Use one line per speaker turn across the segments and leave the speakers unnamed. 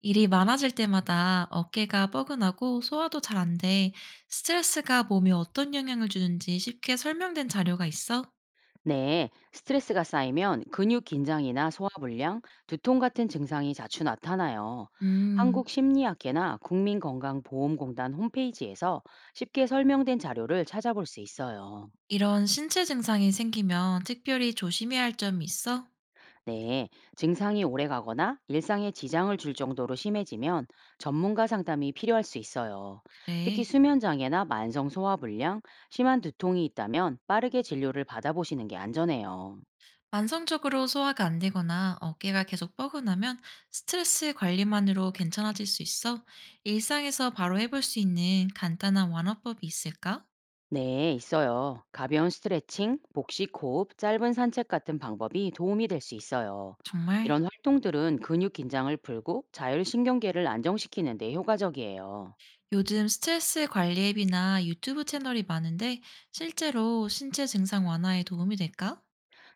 일이 많아질 때마다 어깨가 뻐근하고 소화도 잘 안 돼. 스트레스가 몸에 어떤 영향을 주는지 쉽게 설명된 자료가 있어?
네, 스트레스가 쌓이면 근육 긴장이나 소화불량, 두통 같은 증상이 자주 나타나요.
음,
한국심리학회나 국민건강보험공단 홈페이지에서 쉽게 설명된 자료를 찾아볼 수 있어요.
이런 신체 증상이 생기면 특별히 조심해야 할 점이 있어?
네, 증상이 오래가거나 일상에 지장을 줄 정도로 심해지면 전문가 상담이 필요할 수 있어요. 특히
그래.
수면장애나 만성 소화불량, 심한 두통이 있다면 빠르게 진료를 받아보시는 게 안전해요.
만성적으로 소화가 안 되거나 어깨가 계속 뻐근하면 스트레스 관리만으로 괜찮아질 수 있어? 일상에서 바로 해볼 수 있는 간단한 완화법이 있을까?
네, 있어요. 가벼운 스트레칭, 복식 호흡, 짧은 산책 같은 방법이 도움이 될 수 있어요.
정말?
이런 활동들은 근육 긴장을 풀고 자율신경계를 안정시키는 데 효과적이에요.
요즘 스트레스 관리 앱이나 유튜브 채널이 많은데 실제로 신체 증상 완화에 도움이 될까?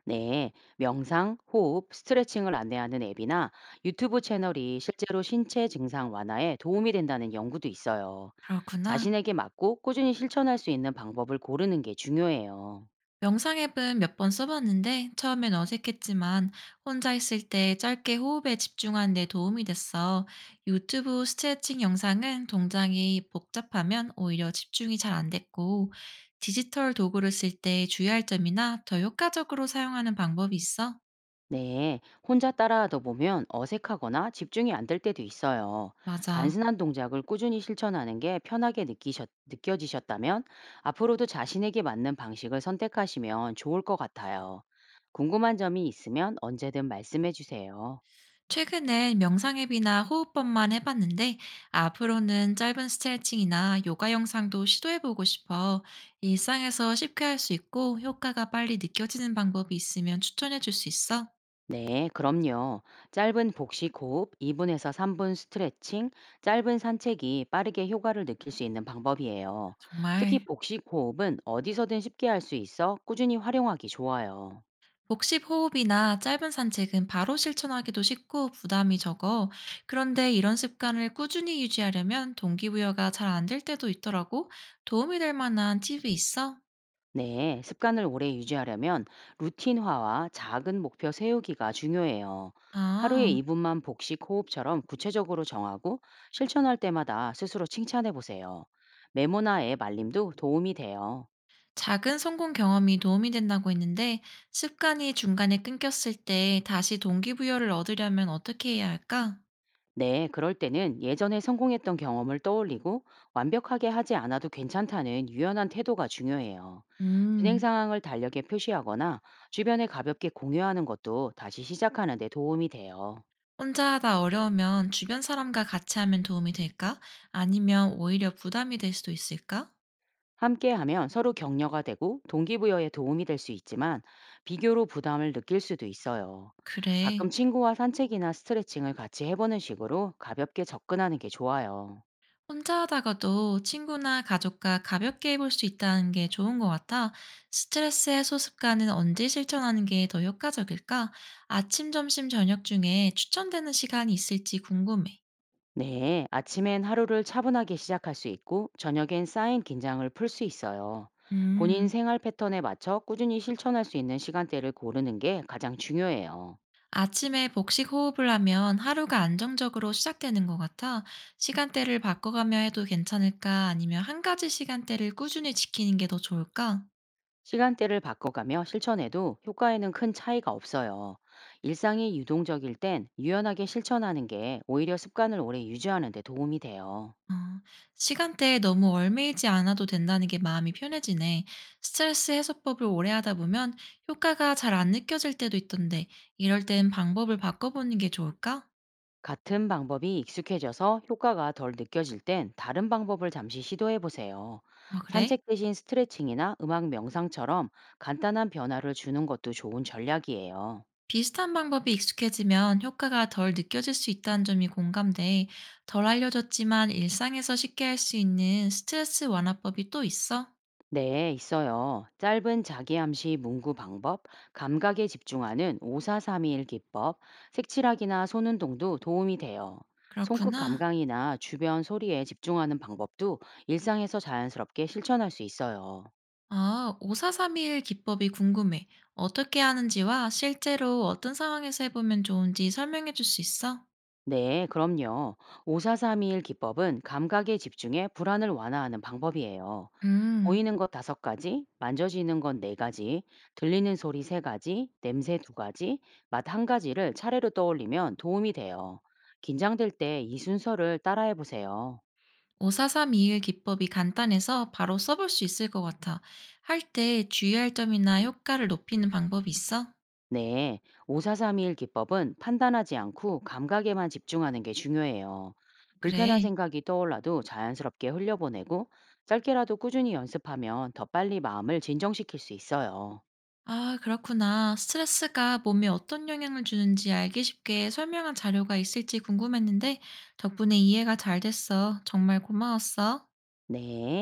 네, 명상, 호흡, 스트레칭을 안내하는 앱이나 유튜브 채널이 실제로 신체 증상 완화에 도움이 된다는 연구도 있어요.
그렇구나.
자신에게 맞고 꾸준히 실천할 수 있는 방법을 고르는 게 중요해요.
명상 앱은 몇 번 써봤는데 처음엔 어색했지만 혼자 있을 때 짧게 호흡에 집중하는 데 도움이 됐어. 유튜브 스트레칭 영상은 동작이 복잡하면 오히려 집중이 잘 안 됐고 디지털 도구를 쓸 때 주의할 점이나 더 효과적으로 사용하는 방법이 있어?
네, 혼자 따라하다 보면 어색하거나 집중이 안될 때도 있어요.
맞아.
단순한 동작을 꾸준히 실천하는 게 편하게 느껴지셨다면 앞으로도 자신에게 맞는 방식을 선택하시면 좋을 것 같아요. 궁금한 점이 있으면 언제든 말씀해 주세요.
최근엔 명상 앱이나 호흡법만 해봤는데 앞으로는 짧은 스트레칭이나 요가 영상도 시도해보고 싶어. 일상에서 쉽게 할 수 있고 효과가 빨리 느껴지는 방법이 있으면 추천해줄 수 있어?
네, 그럼요. 짧은 복식 호흡, 2분에서 3분 스트레칭, 짧은 산책이 빠르게 효과를 느낄 수 있는 방법이에요. 특히
정말.
복식 호흡은 어디서든 쉽게 할 수 있어 꾸준히 활용하기 좋아요.
복식 호흡이나 짧은 산책은 바로 실천하기도 쉽고 부담이 적어. 그런데 이런 습관을 꾸준히 유지하려면 동기부여가 잘 안 될 때도 있더라고. 도움이 될 만한 팁이 있어?
네, 습관을 오래 유지하려면 루틴화와 작은 목표 세우기가 중요해요. 하루에
아.
2분만 복식 호흡처럼 구체적으로 정하고 실천할 때마다 스스로 칭찬해 보세요. 메모나 앱 알림도 도움이 돼요.
작은 성공 경험이 도움이 된다고 했는데 습관이 중간에 끊겼을 때 다시 동기부여를 얻으려면 어떻게 해야 할까?
네, 그럴 때는 예전에 성공했던 경험을 떠올리고 완벽하게 하지 않아도 괜찮다는 유연한 태도가 중요해요. 진행
음,
상황을 달력에 표시하거나 주변에 가볍게 공유하는 것도 다시 시작하는 데 도움이 돼요.
혼자 하다 어려우면 주변 사람과 같이 하면 도움이 될까? 아니면 오히려 부담이 될 수도 있을까?
함께하면 서로 격려가 되고 동기부여에 도움이 될 수 있지만 비교로 부담을 느낄 수도 있어요.
그래.
가끔 친구와 산책이나 스트레칭을 같이 해보는 식으로 가볍게 접근하는 게 좋아요.
혼자 하다가도 친구나 가족과 가볍게 해볼 수 있다는 게 좋은 것 같아. 스트레스 해소 습관은 언제 실천하는 게 더 효과적일까? 아침, 점심, 저녁 중에 추천되는 시간이 있을지 궁금해.
네, 아침엔 하루를 차분하게 시작할 수 있고 저녁엔 쌓인 긴장을 풀 수 있어요. 본인
음.
생활 패턴에 맞춰 꾸준히 실천할 수 있는 시간대를 고르는 게 가장 중요해요.
아침에 복식 호흡을 하면 하루가 안정적으로 시작되는 것 같아 시간대를 바꿔가며 해도 괜찮을까? 아니면 한 가지 시간대를 꾸준히 지키는 게 더 좋을까?
시간대를 바꿔가며 실천해도 효과에는 큰 차이가 없어요. 일상이 유동적일 땐 유연하게 실천하는 게 오히려 습관을 오래 유지하는 데 도움이 돼요.
어, 시간대에 너무 얽매이지 않아도 된다는 게 마음이 편해지네. 스트레스 해소법을 오래 하다 보면 효과가 잘 안 느껴질 때도 있던데, 이럴 땐 방법을 바꿔보는 게 좋을까?
같은 방법이 익숙해져서 효과가 덜 느껴질 땐 다른 방법을 잠시 시도해 보세요.
어, 그래?
산책 대신 스트레칭이나 음악 명상처럼 간단한 변화를 주는 것도 좋은 전략이에요.
비슷한 방법이 익숙해지면 효과가 덜 느껴질 수 있다는 점이 공감돼 덜 알려졌지만 일상에서 쉽게 할 수 있는 스트레스 완화법이 또 있어?
네, 있어요. 짧은 자기암시 문구 방법, 감각에 집중하는 5431 기법, 색칠하기나 손운동도 도움이 돼요. 손끝
그렇구나.
감각이나 주변 소리에 집중하는 방법도 일상에서 자연스럽게 실천할 수 있어요.
아, 5431 기법이 궁금해. 어떻게 하는지와 실제로 어떤 상황에서 해보면 좋은지 설명해 줄 수 있어?
네, 그럼요. 5431 기법은 감각에 집중해 불안을 완화하는 방법이에요.
음,
보이는 것 다섯 가지, 만져지는 건 네 가지, 들리는 소리 세 가지, 냄새 두 가지, 맛 한 가지를 차례로 떠올리면 도움이 돼요. 긴장될 때 이 순서를 따라해 보세요.
54321 기법이 간단해서 바로 써볼 수 있을 것 같아. 할 때 주의할 점이나 효과를 높이는 방법이 있어?
네, 5-4-3-2-1 기법은 판단하지 않고 감각에만 집중하는 게 중요해요. 불편한
그래.
생각이 떠올라도 자연스럽게 흘려보내고 짧게라도 꾸준히 연습하면 더 빨리 마음을 진정시킬 수 있어요.
아, 그렇구나. 스트레스가 몸에 어떤 영향을 주는지 알기 쉽게 설명한 자료가 있을지 궁금했는데 덕분에 이해가 잘 됐어. 정말 고마웠어.
네.